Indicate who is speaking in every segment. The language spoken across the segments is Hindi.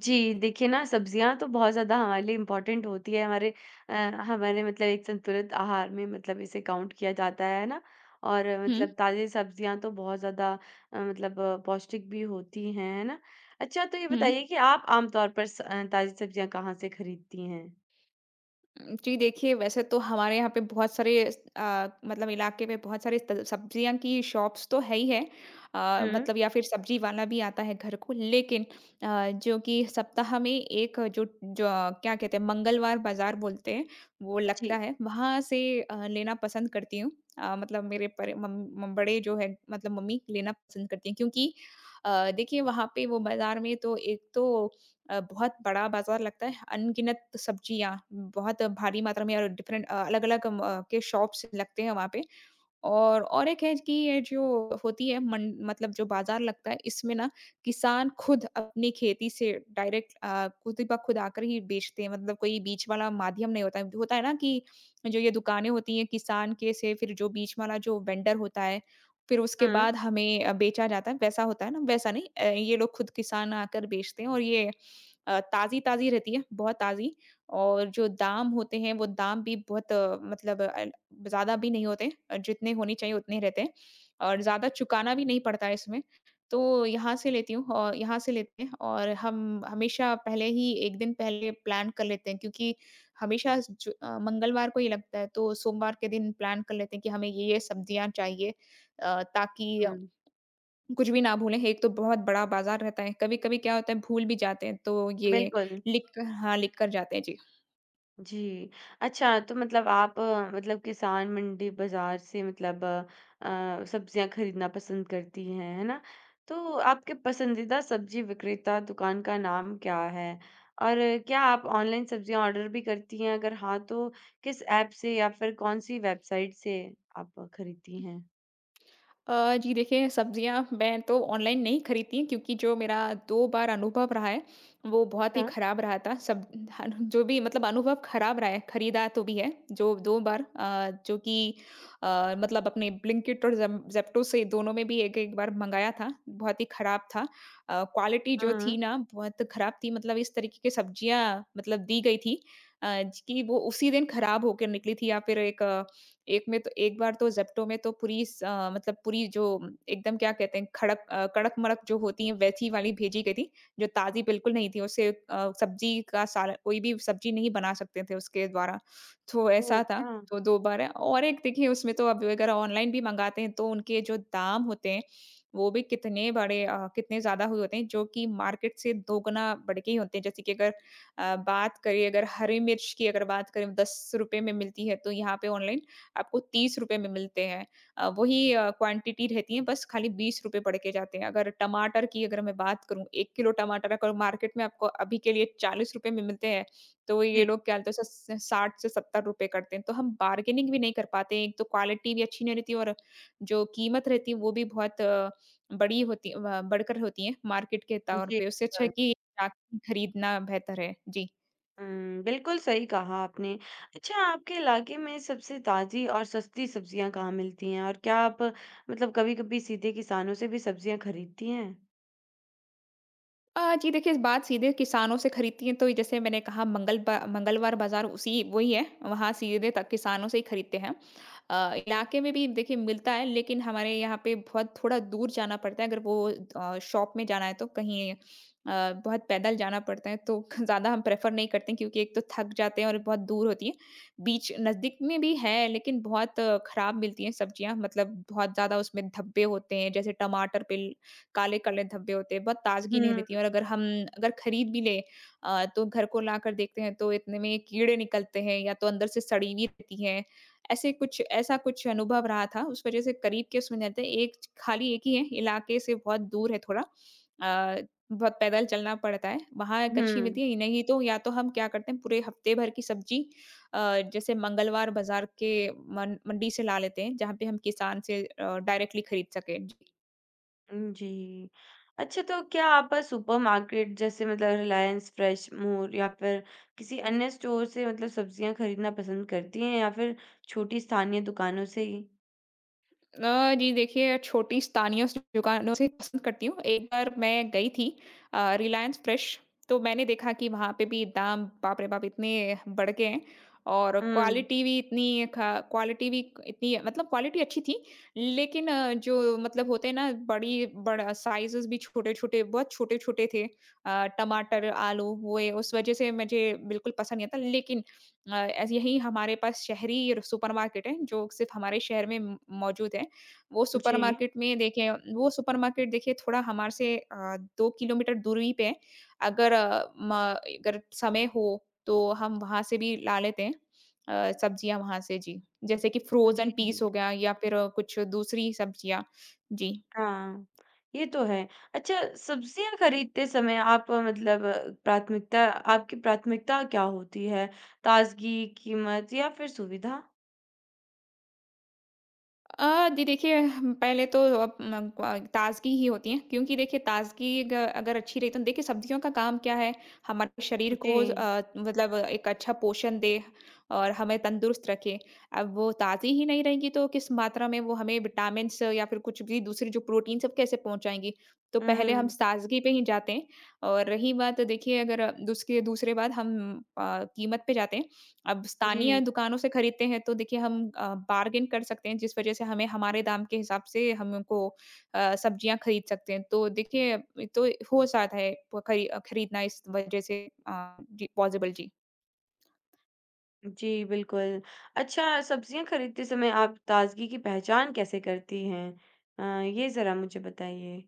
Speaker 1: जी, देखिए ना सब्जियाँ तो बहुत ज़्यादा हमारे लिए इम्पोर्टेंट होती है हमारे मतलब एक संतुलित आहार में मतलब इसे काउंट किया जाता है ना? और
Speaker 2: हुँ,
Speaker 1: मतलब ताज़ी सब्जियाँ तो बहुत ज़्यादा मतलब पौष्टिक भी होती हैं, है ना? अच्छा तो ये
Speaker 2: हुँ।
Speaker 1: बताइए कि आप आम तौर पर ताज़ी सब्जियाँ कहाँ से खरीदती हैं?
Speaker 2: जी, देखिए वैसे तो हमारे यहाँ पे बहुत सारे मतलब इलाके में बहुत सारे त सब्जियाँ की शॉप्स तो है ही है।
Speaker 1: हुँ,
Speaker 2: मतलब या फिर सब्जी वाला भी आता है घर को लेकिन जो कि सप्ताह में एक जो जो अ, क्या कहते हैं मंगलवार बाज़ार बोलते हैं, वो लगता
Speaker 1: जी।
Speaker 2: है। वहाँ से लेना पसंद करती हूँ। मतलब मेरे परे मम मम बड़े जो है मतलब मम्मी लेना पसंद करती हैं क्योंकि देखिए वहाँ पे वो बाज़ार में तो एक तो बहुत बड़ा बाज़ार लगता है, अनगिनत सब्जियाँ बहुत भारी मात्रा में और अलग-अलग के शॉप्स लगते हैं वहाँ पे। और एक है कि ये जो होती है मन मतलब जो बाज़ार लगता है, इसमें ना किसान खुद अपनी खेती से खुद ही खुद आकर ही बेचते हैं, मतलब कोई बीच वाला माध्यम नहीं होता है। होता है ना कि जो ये दुकानें होती हैं किसान के से फिर जो बीच वाला जो वेंडर होता है, फिर उसके
Speaker 1: हुँ,
Speaker 2: बाद हमें बेचा जाता है, वैसा होता है ना? वैसा नहीं ये लोग खुद किसान आकर बेचते हैं और ये ताज़ी-ताज़ी रहती है, बहुत ताज़ी। और जो दाम होते हैं वो दाम भी बहुत ज़्यादा भी नहीं होते जितने होने चाहिए उतने रहते हैं और ज़्यादा चुकाना भी नहीं पड़ता है इसमें। तो यहाँ से लेती हूँ और यहाँ से लेते हैं और हम हमेशा पहले ही 1 दिन पहले प्लान कर लेते हैं क्योंकि हमेशा जो मंगलवार को ये लगता है तो सोमवार के दिन प्लान कर लेते हैं कि हमें ये-ये सब्जियाँ चाहिए ताकि
Speaker 1: हुँ,
Speaker 2: कुछ भी ना भूलें। एक तो बहुत बड़ा बाज़ार रहता है, कभी-कभी क्या होता है भूल भी जाते हैं तो ये
Speaker 1: बिल्कुल।
Speaker 2: लिख क हाँ, लिख कर जाते हैं। जी।
Speaker 1: जी। अच्छा तो मतलब आप मतलब किसान मंडी बाज़ार से मतलब सब्ज़ियाँ खरीदना पसंद करती हैं, है ना? तो आपके पसंदीदा सब्ज़ी विक्रेता दुकान का नाम क्या है? और क्या आप ऑनलाइन सब्ज़ियाँ ऑर्डर भी करती हैं? अगर हाँ, तो किस ऐप से या फिर कौन-सी वेबसाइट से आप खरीदती हैं?
Speaker 2: जी देखिए सब्जियाँ मैं तो ऑनलाइन नहीं खरीदती हूँ क्योंकि जो मेरा 2 बार अनुभव रहा है, वो बहुत ही
Speaker 1: अच्छा।
Speaker 2: ख़राब रहा था। सब हन जो भी मतलब अनुभव ख़राब रहा है, खरीदा तो भी है, जो 2 बार जो कि मतलब अपने ब्लिंकिट और ज़ेम ज़ेप्टो से दोनों में भी एक-एक बार मँगाया था, बहुत ही ख़राब था। क्वालिटी जो थी
Speaker 1: हाँ।
Speaker 2: ना बहुत ख़राब थी मतलब इस तरीके की सब्जियाँ मतलब दी गई थी अ, ज कि वो उसी दिन ख़राब होकर निकली थी या फिर एक एक में तो एक बार तो ज़ेप्टो में तो मतलब पूरी जो एकदम क्या कहते हैं कड़क-मड़क जो होती है वैसी वाली भेजी गई थी, जो ताज़ी बिल्कुल नहीं थी। उससे सब्ज़ी का सारा कोई भी सब्ज़ी नहीं बना सकते थे उसके द्वारा, तो
Speaker 1: ओह!
Speaker 2: ऐसा था।
Speaker 1: अच्छा।
Speaker 2: तो दोबारा और एक देखिए उसमें तो अब अगर ऑनलाइन भी मँगाते हैं तो उनके जो दाम होते हैं, वो भी कितने ज़्यादा हुए होते हैं जो कि मार्केट से दोगुना बढ़ के ही होते हैं। जैसे कि अगर बात करें अगर हरी मिर्च की अगर बात करें ₹10 में मिलती है, तो यहाँ पे ऑनलाइन आपको ₹30 में मिलते हैं। क्वांटिटी रहती है बस खाली ₹20 पड़ के जाते हैं। अगर टमाटर की अगर मैं बात करूँ 1 किलो टमाटर अगर मार्केट में आपको अभी के लिए ₹40 में मिलते हैं, तो ये
Speaker 1: जी,
Speaker 2: लोग क्या बोलते हैं स 60 से ₹70 करते हैं। तो हम बार्गेनिंग भी नहीं कर पाते हैं। एक तो क्वालिटी भी अच्छी नहीं रहती है और जो कीमत रहती है वो भी बहुत बढ़कर होती है मार्केट के तौर
Speaker 1: जी।
Speaker 2: पे। उससे अच्छा है कि जाके खरीदना बेहतर है। जी।
Speaker 1: हुँ, बिल्कुल सही कहा आपने। अच्छा आपके इलाके में सबसे ताज़ी और सस्ती सब्ज़ियाँ कहाँ मिलती हैं? और क्या आप मतलब कभी-कभी सीधे किसानों से भी सब्ज़ियाँ खरीदती हैं?
Speaker 2: जी देखिए, इस बात सीधे किसानों से खरीदती हैं तो जैसे मैंने कहा मंगलवार बाज़ार उसी वही है, वहाँ सीधे तक किसानों से ही खरीदते हैं। इलाके में भी देखिए मिलता है लेकिन हमारे यहाँ पे बहुत थोड़ा दूर जाना पड़ता है अगर वो शॉप में जाना है तो बहुत पैदल जाना पड़ता है तो ज़्यादा हम प्रेफर नहीं करते हैं, क्योंकि एक तो थक जाते हैं और बहुत दूर होती है। बीच नज़दीक में भी है लेकिन बहुत खराब मिलती हैं सब्जियाँ मतलब बहुत ज़्यादा उसमें धब्बे होते हैं जैसे टमाटर पे काले-काले धब्बे होते हैं, बहुत ताज़गी नहीं
Speaker 1: हुँ,
Speaker 2: रहती है और अगर खरीद भी लें तो घर को लाकर देखते हैं तो इतने में कीड़े निकलते हैं या तो अंदर से सड़ी हुई रहती है ऐसे कुछ ऐसा कुछ अनुभव रहा था, उस वज़ह से करीब के उसमें रहते हैं, एक खाली एक ही है, इलाके से बहुत दूर है थोड़ा। बहुत पैदल चलना पड़ता है। वहाँ कच्छी
Speaker 1: हुँ,
Speaker 2: मिलती है, नहीं तो या तो हम क्या करते हैं पूरे हफ्ते भर की सब्ज़ी अ, जैसे मंगलवार बाज़ार के मन मंडी से ला लेते हैं, जहाँ पे हम किसान से डायरेक्टली खरीद सकें।
Speaker 1: उम, जी। अच्छा तो क्या आप सुपरमार्केट जैसे मतलब रिलायंस फ्रेश, मोर या फिर किसी अन्य स्टोर से मतलब सब्ज़ियाँ खरीदना पसंद करती हैं या फिर छोटी स्थानीय दुकानों से ही?
Speaker 2: जी देखिए, छोटी स्थानीय स दुकानों से पसंद करती हूँ। एक बार मैं गई थी रिलायंस फ्रेश, तो मैंने देखा कि वहाँ पे भी दाम बाप रे बाप! इतने बढ़ गए हैं और
Speaker 1: हुँ,
Speaker 2: क्वालिटी भी इतनी क्वालिटी अच्छी थी, लेकिन जो मतलब होते हैं ना बड़ी बड़ा साइज़ेज़ भी छोटे-छोटे बहुत छोटे-छोटे थे। टमाटर, आलू हुए, उस वज़ह से मुझे बिल्कुल पसंद नहीं आता। लेकिन ऐसे यही हमारे पास शहरी र सुपरमार्केट है, जो सिर्फ़ हमारे शहर में म मौजूद है। वो
Speaker 1: जी,
Speaker 2: सुपरमार्केट में देखिए वो सुपरमार्केट देखिए थोड़ा हमारे से 2 किलोमीटर दूरी पे है। अगर अ, म अगर समय हो तो हम वहाँ से भी ला लेते हैं सब्जियाँ वहाँ से जी। जैसे कि फ्रोज़न
Speaker 1: जी।
Speaker 2: पीस हो गया या फिर कुछ दूसरी सब्जियाँ। जी।
Speaker 1: हाँ, ये तो है। अच्छा सब्जियाँ खरीदते समय आप मतलब प्राथमिकता आपकी प्राथमिकता क्या होती है? ताज़गी, कीमत या फिर सुविधा?
Speaker 2: जी देखिए हम पहले तो ताज़गी ही होती है क्योंकि देखिए ताज़गी ग अगर अच्छी रही तो देखिए सब्जियों का काम क्या है हमारे शरीर
Speaker 1: जी।
Speaker 2: को मतलब एक अच्छा पोषण दे और हमें तंदुरुस्त रखे। अब वो ताज़ी ही नहीं रहेंगी तो किस मात्रा में वो हमें विटामिन्स या फिर कुछ भी दूसरी जो प्रोटीन सब कैसे पहुँचाएँगी? तो पहले हम
Speaker 1: हुँ।
Speaker 2: ताज़गी पे ही जाते हैं और रही बात देखिए अगर दूसरी दूसरे बात हम कीमत पे जाते हैं। अब स्थानीय
Speaker 1: जी।
Speaker 2: दुकानों से खरीदते हैं तो देखिए हम बार्गेन कर सकते हैं जिस वजह से हमें हमारे दाम के हिसाब से हमको सब्जियाँ खरीद सकते हैं। तो देखिए तो हो जाता है प खरी खरीदना इस वजह से जी पॉसिबल जी।
Speaker 1: जी, बिल्कुल। अच्छा सब्जियाँ खरीदते समय आप ताज़गी की पहचान कैसे करती हैं? ये ज़रा मुझे बताइए?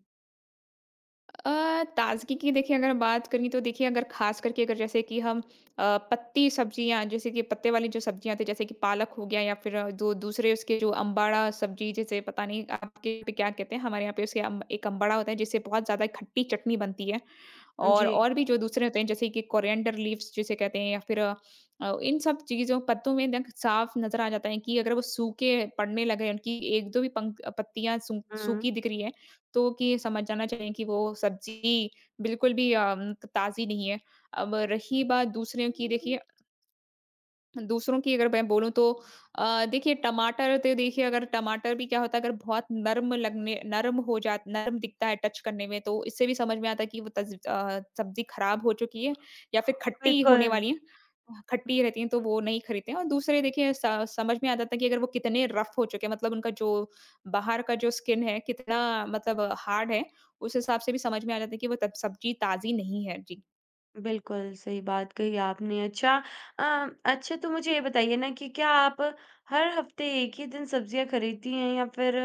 Speaker 2: ताज़गी की देखिए अगर बात करें तो देखिए अगर ख़ास करके अगर जैसे कि हम पत्ती सब्ज़ियाँ जैसे कि पत्ते वाली जो सब्ज़ियाँ आती हैं जैसे कि पालक हो गया या फिर जो दूसरे उसके जो अम्बाड़ा सब्ज़ी जैसे पता नहीं आपके यहाँ पे क्या कहते हैं? हमारे यहाँ पे उसे अम एक अम्बाड़ा होता है जिससे बहुत ज़्यादा खट्टी चटनी बनती है। और
Speaker 1: जी।
Speaker 2: और भी जो दूसरे होते हैं जैसे कि कोरिएंडर लीव्स जिसे कहते हैं या फिर इन सब चीज़ों पत्तों में देख साफ़ नज़र आ जाता है कि अगर वो सूखे पड़ने लगे उनकी 1-2 भी पंख पत्तियाँ
Speaker 1: हुँ,
Speaker 2: सूखी दिख रही है तो कि समझ जाना चाहिए कि वो सब्ज़ी बिल्कुल भी ताज़ी नहीं है। अब रही बात दूसरे की देखिए दूसरों की अगर मैं बोलूँ तो देखिए टमाटर तो देखिए अगर टमाटर भी क्या होता है अगर बहुत नर्म लगने नर्म हो जा नर्म दिखता है टच करने में तो इससे भी समझ में आता है कि वो सब्ज़ी ख़राब हो चुकी है या फिर खट्टी
Speaker 1: बिल्कुल।
Speaker 2: होने वाली है। खट्टी रहती हैं तो वो नहीं खरीदते हैं और दूसरे देखिए स समझ में आता था कि अगर वो कितने रफ़ हो चुके हैं मतलब उनका जो बाहर का जो स्किन है कितना मतलब हार्ड है, उस हिसाब से भी समझ में आ जाता है कि वो तब सब्ज़ी ताज़ी नहीं है। जी।
Speaker 1: बिल्कुल, सही बात कही आपने। अच्छा अ, अच्छा तो मुझे ये बताइए ना कि क्या आप हर हफ़्ते एक ही दिन सब्ज़ियाँ खरीदती हैं या फिर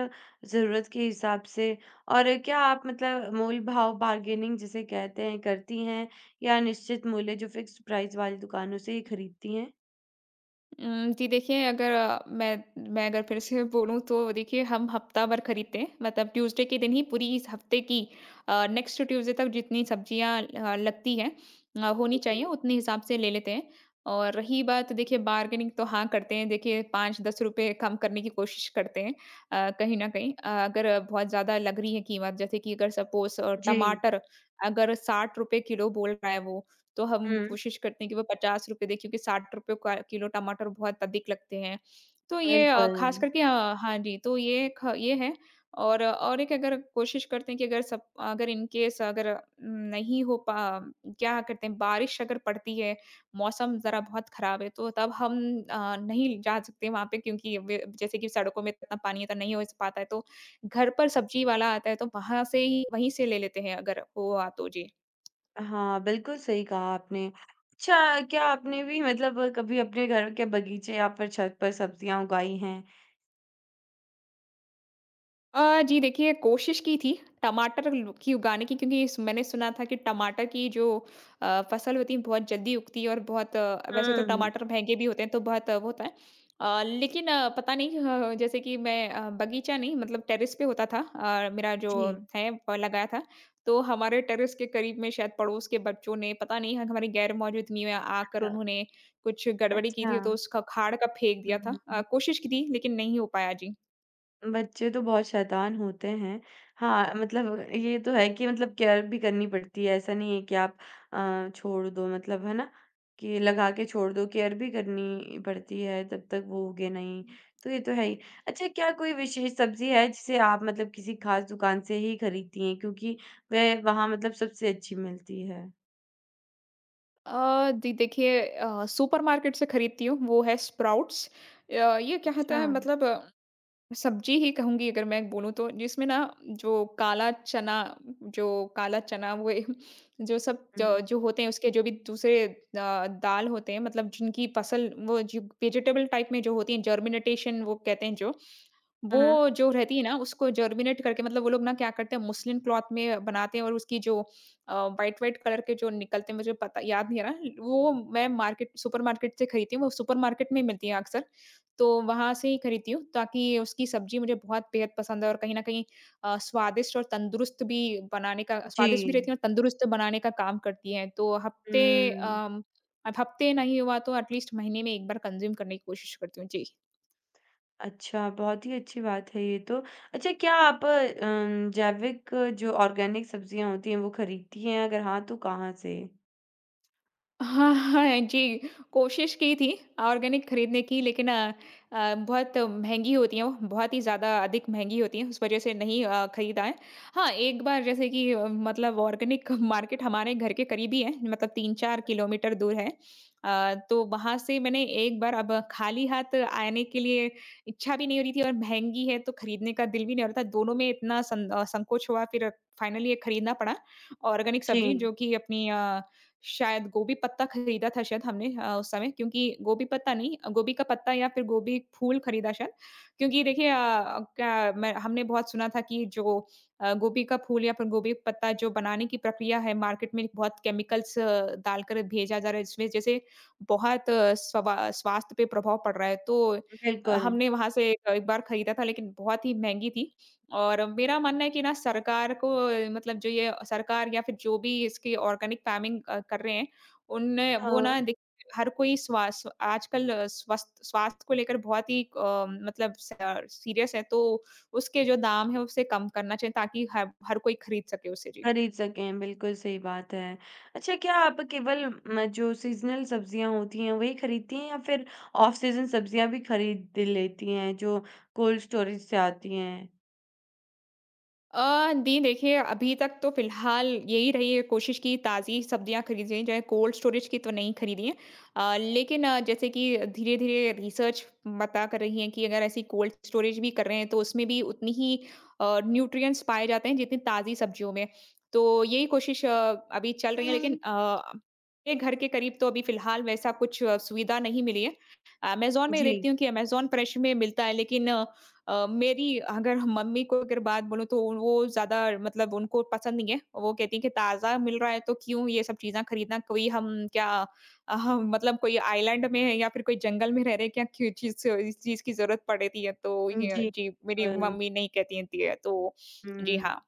Speaker 1: ज़रूरत के हिसाब से? और क्या आप मतलब मोल-भाव बार्गेनिंग जिसे कहते हैं, करती हैं या निश्चित मूल्य जो फ़िक्स्ड प्राइस वाली दुकानों से ही खरीदती हैं?
Speaker 2: जी देखिए अगर अ, मैं अगर फिर से बोलूँ तो देखिए हम हफ्ता भर खरीदते हैं। मतलब ट्यूज़डे के दिन ही पूरी इस हफ्ते की नेक्स्ट ट्यूज़डे तक जितनी सब्जियाँ होनी
Speaker 1: जी।
Speaker 2: चाहिए उतने हिसाब से ले लेते हैं। और रही बात देखिए बार्गेनिंग तो हाँ करते हैं। देखिए 5-10 रुपए कम करने की कोशिश करते हैं कहीं न कहीं। अगर बहुत ज़्यादा लग रही है कीमत जैसे कि अगर सपोज़
Speaker 1: जी।
Speaker 2: टमाटर अगर ₹60 किलो बोल रहा है वो तो हम
Speaker 1: हुँ,
Speaker 2: कोशिश करते हैं कि वो ₹50 दें क्योंकि ₹60 का किलो टमाटर बहुत अधिक लगते हैं। तो ये
Speaker 1: बिल्कुल।
Speaker 2: हाँ जी, तो ये है और एक अगर कोशिश करते हैं कि अगर इन केस अगर न, नहीं हो पा क्या करते हैं बारिश अगर पड़ती है, मौसम ज़रा बहुत ख़राब है तो तब हम नहीं जा सकते वहाँ पे क्योंकि वे जैसे कि सड़कों में इतना पानी है तो नहीं हो पाता है तो घर पर सब्ज़ी वाला आता है तो वहाँ से ही वहीं से ले लेते हैं अगर हुआ तो जी।
Speaker 1: हाँ, बिल्कुल सही कहा आपने। अच्छा, क्या आपने भी मतलब कभी अपने घर के बगीचे या फिर छत पर सब्ज़ियाँ उगाई हैं?
Speaker 2: जी देखिए कोशिश की थी टमाटर की उगाने की क्योंकि मैंने सुना था कि टमाटर की जो फसल होती है बहुत जल्दी उगती है और वैसे तो
Speaker 1: हुँ।
Speaker 2: टमाटर महंगे भी होते हैं तो वो होता है। लेकिन पता नहीं जैसे कि मैं बगीचा नहीं मतलब टेरेस पे होता था, मेरा जो
Speaker 1: जी।
Speaker 2: है लगाया था। तो हमारे टेरेस के करीब में शायद पड़ोस के बच्चों ने पता नहीं हमारी गैर मौजूदगी में आकर
Speaker 1: हाँ।
Speaker 2: उन्होंने कुछ गड़बड़ी की
Speaker 1: अच्छा।
Speaker 2: थी तो उसका खाड़ का फेंक दिया था।
Speaker 1: हुँ।
Speaker 2: कोशिश की थी लेकिन नहीं हो पाया जी।
Speaker 1: बच्चे तो बहुत शैतान होते हैं। हाँ, मतलब ये तो है कि मतलब केयर भी करनी पड़ती है। ऐसा नहीं है कि आप छोड़ दो मतलब है ना? कि लगा के छोड़ दो, केयर भी करनी पड़ती है तब तक वो उगे नहीं। तो ये तो है ही। अच्छा क्या कोई विशेष सब्ज़ी है जिसे आप मतलब किसी ख़ास दुकान से ही खरीदती हैं क्योंकि वह वहाँ मतलब सबसे अच्छी मिलती है?
Speaker 2: जी देखिए सुपरमार्केट से खरीदती हूँ, वो है स्प्राउट्स। ये क्या होता
Speaker 1: अच्छा।
Speaker 2: है मतलब सब्ज़ी ही कहूँगी अगर मैं बोलूँ तो, जिसमें ना जो काला चना जो काला चना वो ए जो सब ज
Speaker 1: हुँ।
Speaker 2: जो होते हैं उसके जो भी दूसरे दाल होते हैं, मतलब जिनकी फसल वो जो वेजिटेबल टाइप में जो होती हैं जर्मिनेटेशन वो कहते हैं जो वो
Speaker 1: हुँ।
Speaker 2: जो रहती है ना उसको जर्मिनेट करके मतलब वो लोग ना क्या करते हैं, मुस्लिन क्लॉथ में बनाते हैं और उसकी जो व्हाइट व्हाइट कलर के जो निकलते हैं, मुझे पता याद नहीं आ रहा। वो मैं मार्केट सुपरमार्केट से खरीदती हूँ, वो सुपरमार्केट में मिलती है अक्सर, तो वहां से ही खरीदती हूँ ताकि उसकी सब्जी मुझे बहुत बेहद पसंद है और कहीं ना कहीं स्वादिष्ट और तंदुरुस्त भी बनाने का,
Speaker 1: जी।
Speaker 2: स्वादिष्ट भी रहती है और तंदुरुस्त बनाने का काम करती है तो हफ्ते
Speaker 1: हुँ।
Speaker 2: अम, अब हफ्ते नहीं हुआ तो एटलीस्ट महीने में एक बार कंज्यूम करने की कोशिश करती हूँ जी।
Speaker 1: अच्छा, बहुत ही अच्छी बात है ये तो। अच्छा क्या आप जैविक जो ऑर्गेनिक सब्जियाँ होती हैं वो खरीदती हैं? अगर हाँ, तो कहाँ से?
Speaker 2: हाँ, हाँ, हाँ, जी, कोशिश की थी ऑर्गेनिक खरीदने की, लेकिन बहुत महँगी होती हैं वो, बहुत ही ज़्यादा अधिक महँगी होती हैं, उस वज़ह से नहीं खरीदा है। हाँ, एक बार जैसे कि मतलब ऑर्गेनिक मार्केट हमारे घर के करीब ही है, मतलब 3-4 किलोमीटर दूर है। तो वहाँ से मैंने एक बार, अब खाली हाथ आने के लिए इच्छा भी नहीं हो रही थी और महँगी है तो खरीदने का दिल भी नहीं हो रहा था, दोनों में इतना संकोच हुआ, फिर फाइनली ये खरीदना पड़ा ऑर्गेनिक सब्ज़ी,
Speaker 1: जी,
Speaker 2: जो कि अपनी शायद गोभी पत्ता खरीदा था शायद हमने, उस समय क्योंकि गोभी पत्ता नहीं, गोभी का पत्ता या फिर गोभी फूल खरीदा शायद। क्योंकि देखिए क्या मैं हमने बहुत सुना था कि जो गोभी का फूल या फिर गोभी पत्ता जो बनाने की प्रक्रिया है, मार्केट में बहुत केमिकल्स डालकर भेजा जा रहा है, जिसमें जैसे बहुत स्वास्थ्य पे प्रभाव पड़ रहा है। तो
Speaker 1: बिल्कुल।
Speaker 2: हमने वहाँ से एक एक बार खरीदा था, लेकिन बहुत ही महँगी थी। और मेरा मानना है कि ना सरकार को मतलब जो ये सरकार या फिर जो भी इसकी ऑर्गेनिक फार्मिंग कर रहे हैं, उन वो
Speaker 1: हाँ,
Speaker 2: ना देखिए, हर कोई स्वास आजकल स्वस्थ स्वास्थ्य को लेकर बहुत ही मतलब स सीरियस है, तो उसके जो दाम है उसे कम करना चाहिए ताकि हर हर कोई खरीद सके उसे। जी।
Speaker 1: खरीद सकें, बिल्कुल सही बात है। अच्छा क्या आप केवल म जो सीज़नल सब्जियाँ होती हैं वही खरीदती हैं या फिर ऑफ सीज़न सब्जियाँ भी खरीद लेती हैं जो कोल्ड स्टोरेज से आती हैं?
Speaker 2: दी देखिए, अभी तक तो फ़िलहाल यही रही है कोशिश कि ताज़ी सब्जियाँ खरीदें जाएँ, कोल्ड स्टोरेज की तो नहीं खरीदी हैं। लेकिन जैसे कि धीरे-धीरे रिसर्च पता कर रही है कि अगर ऐसी कोल्ड स्टोरेज भी कर रहे हैं, तो उसमें भी उतनी ही न्यूट्रिएंट्स पाए जाते हैं, जितनी ताज़ी सब्जियों में। तो यही कोशिश अभी चल रही है, लेकिन हुँ। मेरे घर के करीब तो अभी फ़िलहाल वैसा कुछ सुविधा नहीं मिली है। अमेज़न में
Speaker 1: जी,
Speaker 2: देखती हूँ कि अमेज़न फ्रेश में मिलता है, लेकिन मेरी अगर मम्मी को अगर बात बोलूँ तो वो ज़्यादा मतलब उनको पसंद नहीं है। वो कहती हैं कि ताज़ा मिल रहा है तो क्यों ये सब चीज़ें खरीदना, कोई हम क्या हम मतलब कोई आइलैंड में है या फिर कोई जंगल में रह रहे हैं क्या, क्यों चीज़ से इस चीज़ की ज़रूरत पड़ती है। तो ये
Speaker 1: जी।
Speaker 2: जी,
Speaker 1: अ,
Speaker 2: मेरी मम्मी नहीं कहती हैं ती है तो जी
Speaker 1: हुँ।
Speaker 2: हाँ।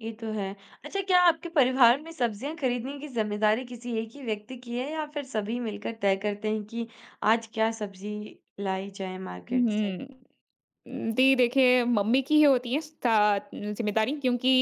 Speaker 1: ये तो है। अच्छा क्या आपके परिवार में सब्जियाँ खरीदने की ज़िम्मेदारी किसी एक ही व्यक्ति की है या फिर सभी मिलकर तय करते हैं कि आज क्या सब्जी लाई जाए मार्केट से?
Speaker 2: हुँ। दी देखिए मम्मी की ही होती है जिम्मेदारी, क्योंकि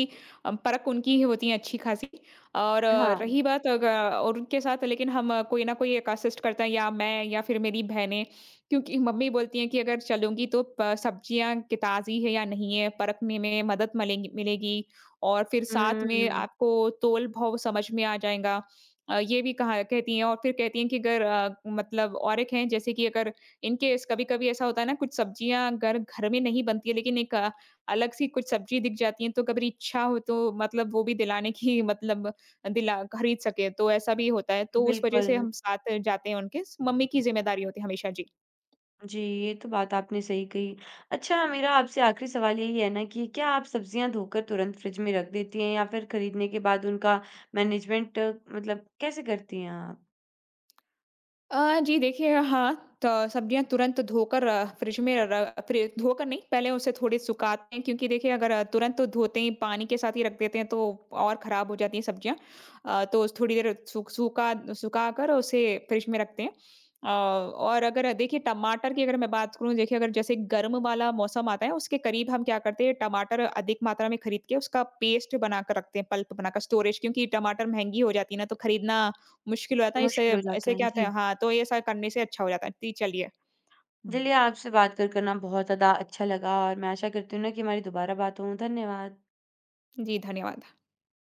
Speaker 2: परख उनकी ही होती है अच्छी खासी। और
Speaker 1: हाँ।
Speaker 2: रही बात और उनके साथ लेकिन हम कोई ना कोई एक असिस्ट करता है, या मैं या फिर मेरी बहनें, क्योंकि मम्मी बोलती हैं कि अगर चलूंगी तो सब्जियां कि ताजी है या नहीं है परखने में मदद मिलेगी मिलेगी, और फिर साथ में
Speaker 1: हुँ,
Speaker 2: आपको तोल भाव समझ में आ जाएगा। ये भी कहा कहती हैं और फिर कहती हैं कि अगर मतलब और एक हैं जैसे कि अगर इन केस कभी-कभी ऐसा होता है ना, कुछ सब्जियाँ घर घर में नहीं बनती है लेकिन एक अलग सी कुछ सब्जी दिख जाती है तो कभी इच्छा हो तो मतलब वो भी दिलाने की मतलब दिला खरीद सके तो ऐसा भी होता है। तो उस वज़ह से
Speaker 1: बिल्कुल।
Speaker 2: हम साथ जाते हैं उनके, मम्मी की ज़िम्मेदारी होती है हमेशा। जी।
Speaker 1: जी, ये तो बात आपने सही कही। अच्छा मेरा आपसे आखिरी सवाल यही है ना कि क्या आप सब्जियाँ धोकर तुरंत फ्रिज में रख देती हैं या फिर खरीदने के बाद उनका मैनेजमेंट मतलब कैसे करती हैं आप?
Speaker 2: जी देखिए हाँ, तो सब्जियाँ तुरंत धोकर फ्रिज में र फ्रि धोकर नहीं, पहले उसे थोड़ी सुखाते हैं, क्योंकि देखिए अगर तुरंत तो धोते ही पानी के साथ ही रख देते हैं तो और ख़राब हो जाती हैं सब्जियाँ। तो थोड़ी देर सु सूखा सुखाकर उसे फ्रिज में रखते हैं। और अगर देखिए टमाटर की अगर मैं बात करूँ, देखिए अगर जैसे गर्म वाला मौसम आता है उसके करीब हम क्या करते हैं, टमाटर अधिक मात्रा में खरीद के उसका पेस्ट बनाकर रखते हैं, पल्प बनाकर स्टोरेज, क्योंकि टमाटर महँगी हो जाती है ना तो खरीदना मुश्किल हो जाता है, इससे
Speaker 1: मुश्किल हो जाता
Speaker 2: ऐसे क्या
Speaker 1: है।
Speaker 2: होता
Speaker 1: जी।
Speaker 2: है हाँ, तो ये सब करने से अच्छा हो जाता है। जी, चलिए। हुँ।
Speaker 1: चलिए, आपसे बात कर कर ना बहुत ज़्यादा अच्छा लगा और मैं आशा करती हूँ ना कि हमारी दोबारा बात हो। धन्यवाद।
Speaker 2: जी, धन्यवाद।